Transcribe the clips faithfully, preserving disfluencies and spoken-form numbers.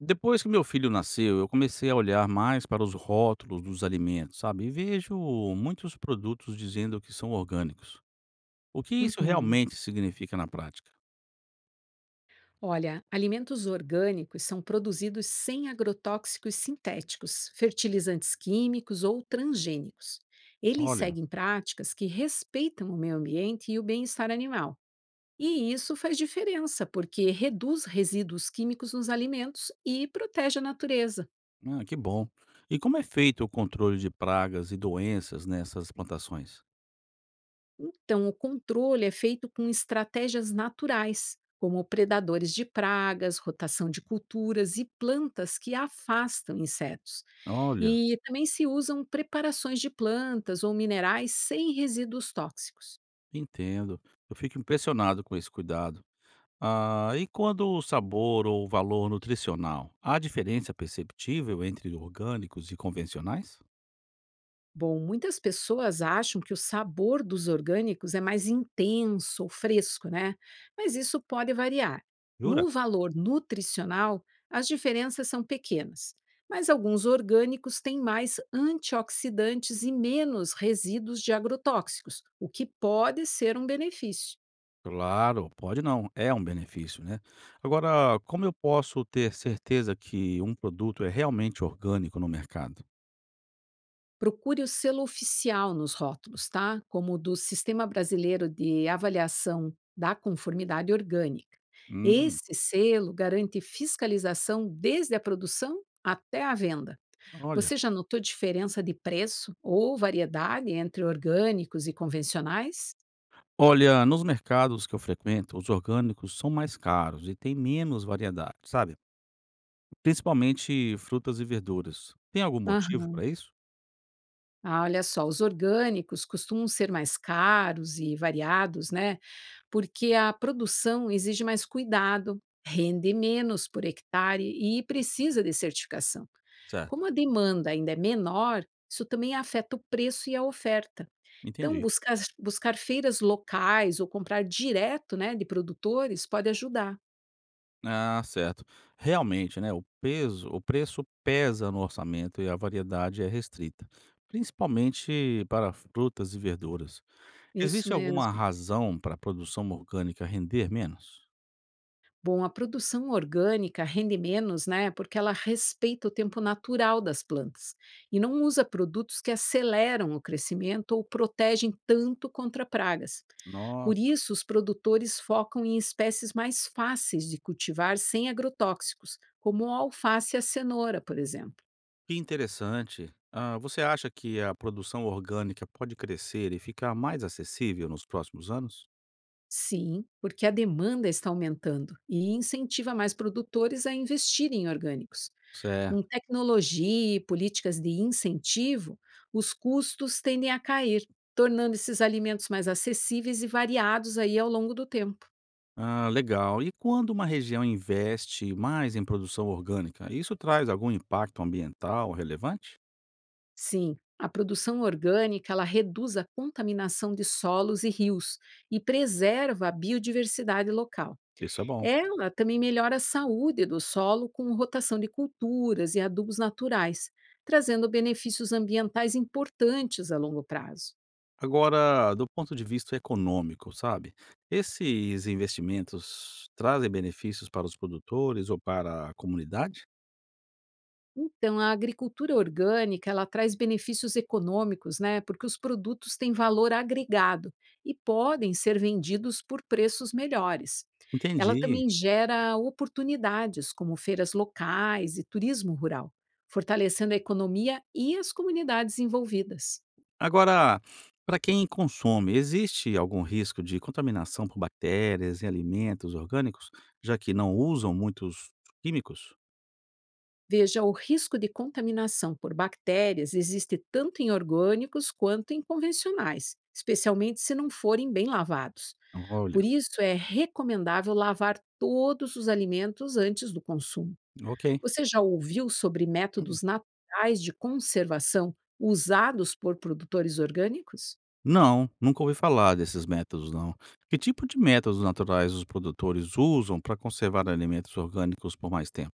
Depois que meu filho nasceu, eu comecei a olhar mais para os rótulos dos alimentos, sabe? E vejo muitos produtos dizendo que são orgânicos. O que isso Uhum. realmente significa na prática? Olha, alimentos orgânicos são produzidos sem agrotóxicos sintéticos, fertilizantes químicos ou transgênicos. Eles Olha, seguem práticas que respeitam o meio ambiente e o bem-estar animal. E isso faz diferença, porque reduz resíduos químicos nos alimentos e protege a natureza. ah, que bom. E como é feito o controle de pragas e doenças nessas plantações? Então, o controle é feito com estratégias naturais, como predadores de pragas, rotação de culturas e plantas que afastam insetos. Olha, E também se usam preparações de plantas ou minerais sem resíduos tóxicos. entendo. Eu fico impressionado com esse cuidado. Ah, e quando o sabor ou o valor nutricional? Há diferença perceptível entre orgânicos e convencionais? Bom, muitas pessoas acham que o sabor dos orgânicos é mais intenso ou fresco, né? Mas isso pode variar. Jura? No valor nutricional, as diferenças são pequenas, mas alguns orgânicos têm mais antioxidantes e menos resíduos de agrotóxicos, o que pode ser um benefício. Claro, pode não, é um benefício, né. Agora, como eu posso ter certeza que um produto é realmente orgânico no mercado? Procure o selo oficial nos rótulos, tá? Como o do Sistema Brasileiro de Avaliação da Conformidade Orgânica. Hum, Esse selo garante fiscalização desde a produção até a venda. olha. Você já notou diferença de preço ou variedade entre orgânicos e convencionais? Olha, nos mercados que eu frequento, os orgânicos são mais caros e tem menos variedade, sabe, principalmente frutas e verduras. Tem algum motivo Aham. para isso? Ah, olha só, os orgânicos costumam ser mais caros e variados, né? Porque a produção exige mais cuidado, rende menos por hectare e precisa de certificação. Certo, Como a demanda ainda é menor, isso também afeta o preço e a oferta. Então, entendi. buscar, buscar feiras locais ou comprar direto, né, de produtores pode ajudar. Ah, certo. Realmente, né, o peso o preço pesa no orçamento e a variedade é restrita, principalmente para frutas e verduras. Isso Existe alguma mesmo. razão para a produção orgânica render menos? Bom, a produção orgânica rende menos, né? Porque ela respeita o tempo natural das plantas e não usa produtos que aceleram o crescimento ou protegem tanto contra pragas. Por Nossa, isso, os produtores focam em espécies mais fáceis de cultivar sem agrotóxicos, como a alface e a cenoura, por exemplo. que interessante. Ah, você acha que a produção orgânica pode crescer e ficar mais acessível nos próximos anos? Sim, porque a demanda está aumentando e incentiva mais produtores a investirem em orgânicos. Certo. Com tecnologia e políticas de incentivo, os custos tendem a cair, tornando esses alimentos mais acessíveis e variados aí ao longo do tempo. Ah, legal. E quando uma região investe mais em produção orgânica, isso traz algum impacto ambiental relevante? Sim, a produção orgânica ela reduz a contaminação de solos e rios e preserva a biodiversidade local. Isso é bom. Ela também melhora a saúde do solo com rotação de culturas e adubos naturais, trazendo benefícios ambientais importantes a longo prazo. Agora, do ponto de vista econômico, sabe? Esses investimentos trazem benefícios para os produtores ou para a comunidade? Então, a agricultura orgânica, ela traz benefícios econômicos, né? Porque os produtos têm valor agregado e podem ser vendidos por preços melhores. Ela Entendi. também gera oportunidades, como feiras locais e turismo rural, fortalecendo a economia e as comunidades envolvidas. Agora, para quem consome, existe algum risco de contaminação por bactérias em alimentos orgânicos, já que não usam muitos químicos? Veja, o risco de contaminação por bactérias existe tanto em orgânicos quanto em convencionais, especialmente se não forem bem lavados. Por Olha, isso, é recomendável lavar todos os alimentos antes do consumo. ok. Você já ouviu sobre métodos naturais de conservação usados por produtores orgânicos? Não, nunca ouvi falar desses métodos, não. Que tipo de métodos naturais os produtores usam para conservar alimentos orgânicos por mais tempo?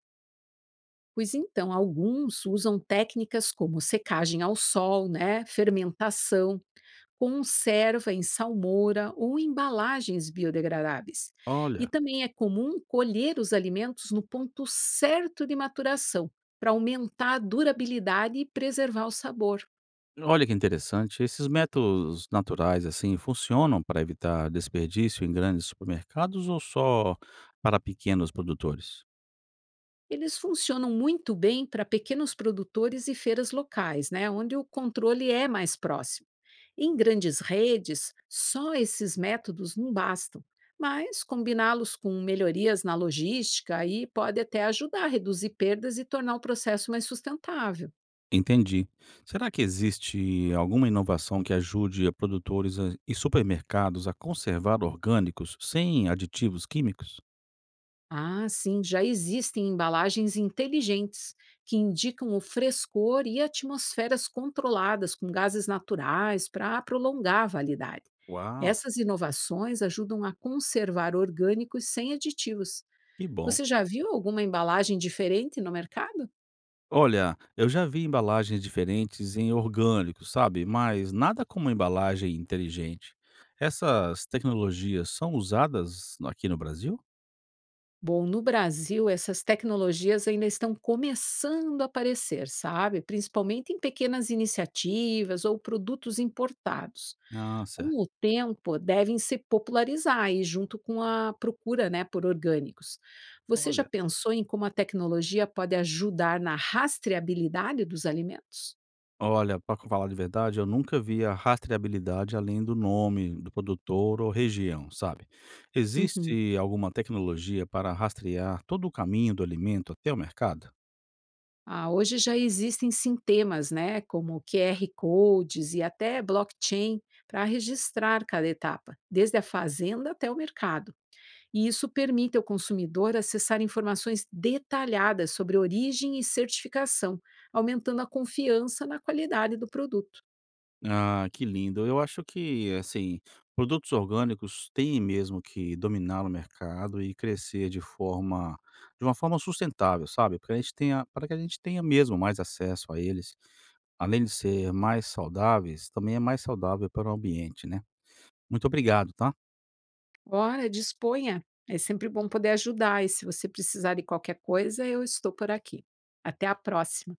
Pois então, alguns usam técnicas como secagem ao sol, né, fermentação, conserva em salmoura ou embalagens biodegradáveis. E Olha, também é comum colher os alimentos no ponto certo de maturação, para aumentar a durabilidade e preservar o sabor. olha que interessante. Esses métodos naturais, assim, funcionam para evitar desperdício em grandes supermercados ou só para pequenos produtores? Eles funcionam muito bem para pequenos produtores e feiras locais, né, onde o controle é mais próximo. Em grandes redes, só esses métodos não bastam, mas combiná-los com melhorias na logística aí pode até ajudar a reduzir perdas e tornar o processo mais sustentável. Entendi. Será que existe alguma inovação que ajude a produtores a- e supermercados a conservar orgânicos sem aditivos químicos? Ah, sim, já existem embalagens inteligentes que indicam o frescor e atmosferas controladas com gases naturais para prolongar a validade. Uau, Essas inovações ajudam a conservar orgânicos sem aditivos. que bom. Você já viu alguma embalagem diferente no mercado? Olha, eu já vi embalagens diferentes em orgânicos, sabe? Mas nada como embalagem inteligente. Essas tecnologias são usadas aqui no Brasil? Bom, no Brasil, essas tecnologias ainda estão começando a aparecer, sabe? Principalmente em pequenas iniciativas ou produtos importados. Ah, Com certo. o tempo, devem se popularizar e junto com a procura, né, por orgânicos. Você já Olha. pensou em como a tecnologia pode ajudar na rastreabilidade dos alimentos? Olha, para falar de verdade, eu nunca vi a rastreabilidade além do nome do produtor ou região, sabe. Uhum. Existe alguma tecnologia para rastrear todo o caminho do alimento até o mercado? Ah, hoje já existem sintemas, né, como Q R codes e até blockchain para registrar cada etapa, desde a fazenda até o mercado. E isso permite ao consumidor acessar informações detalhadas sobre origem e certificação, aumentando a confiança na qualidade do produto. Ah, que lindo. Eu acho que, assim, produtos orgânicos têm mesmo que dominar o mercado e crescer de forma de uma forma sustentável, sabe, porque a gente tenha para que a gente tenha mesmo mais acesso a eles. Além de ser mais saudáveis, também é mais saudável para o ambiente, né. Muito obrigado, tá. Ora, disponha! É sempre bom poder ajudar e se você precisar de qualquer coisa, eu estou por aqui. Até a próxima!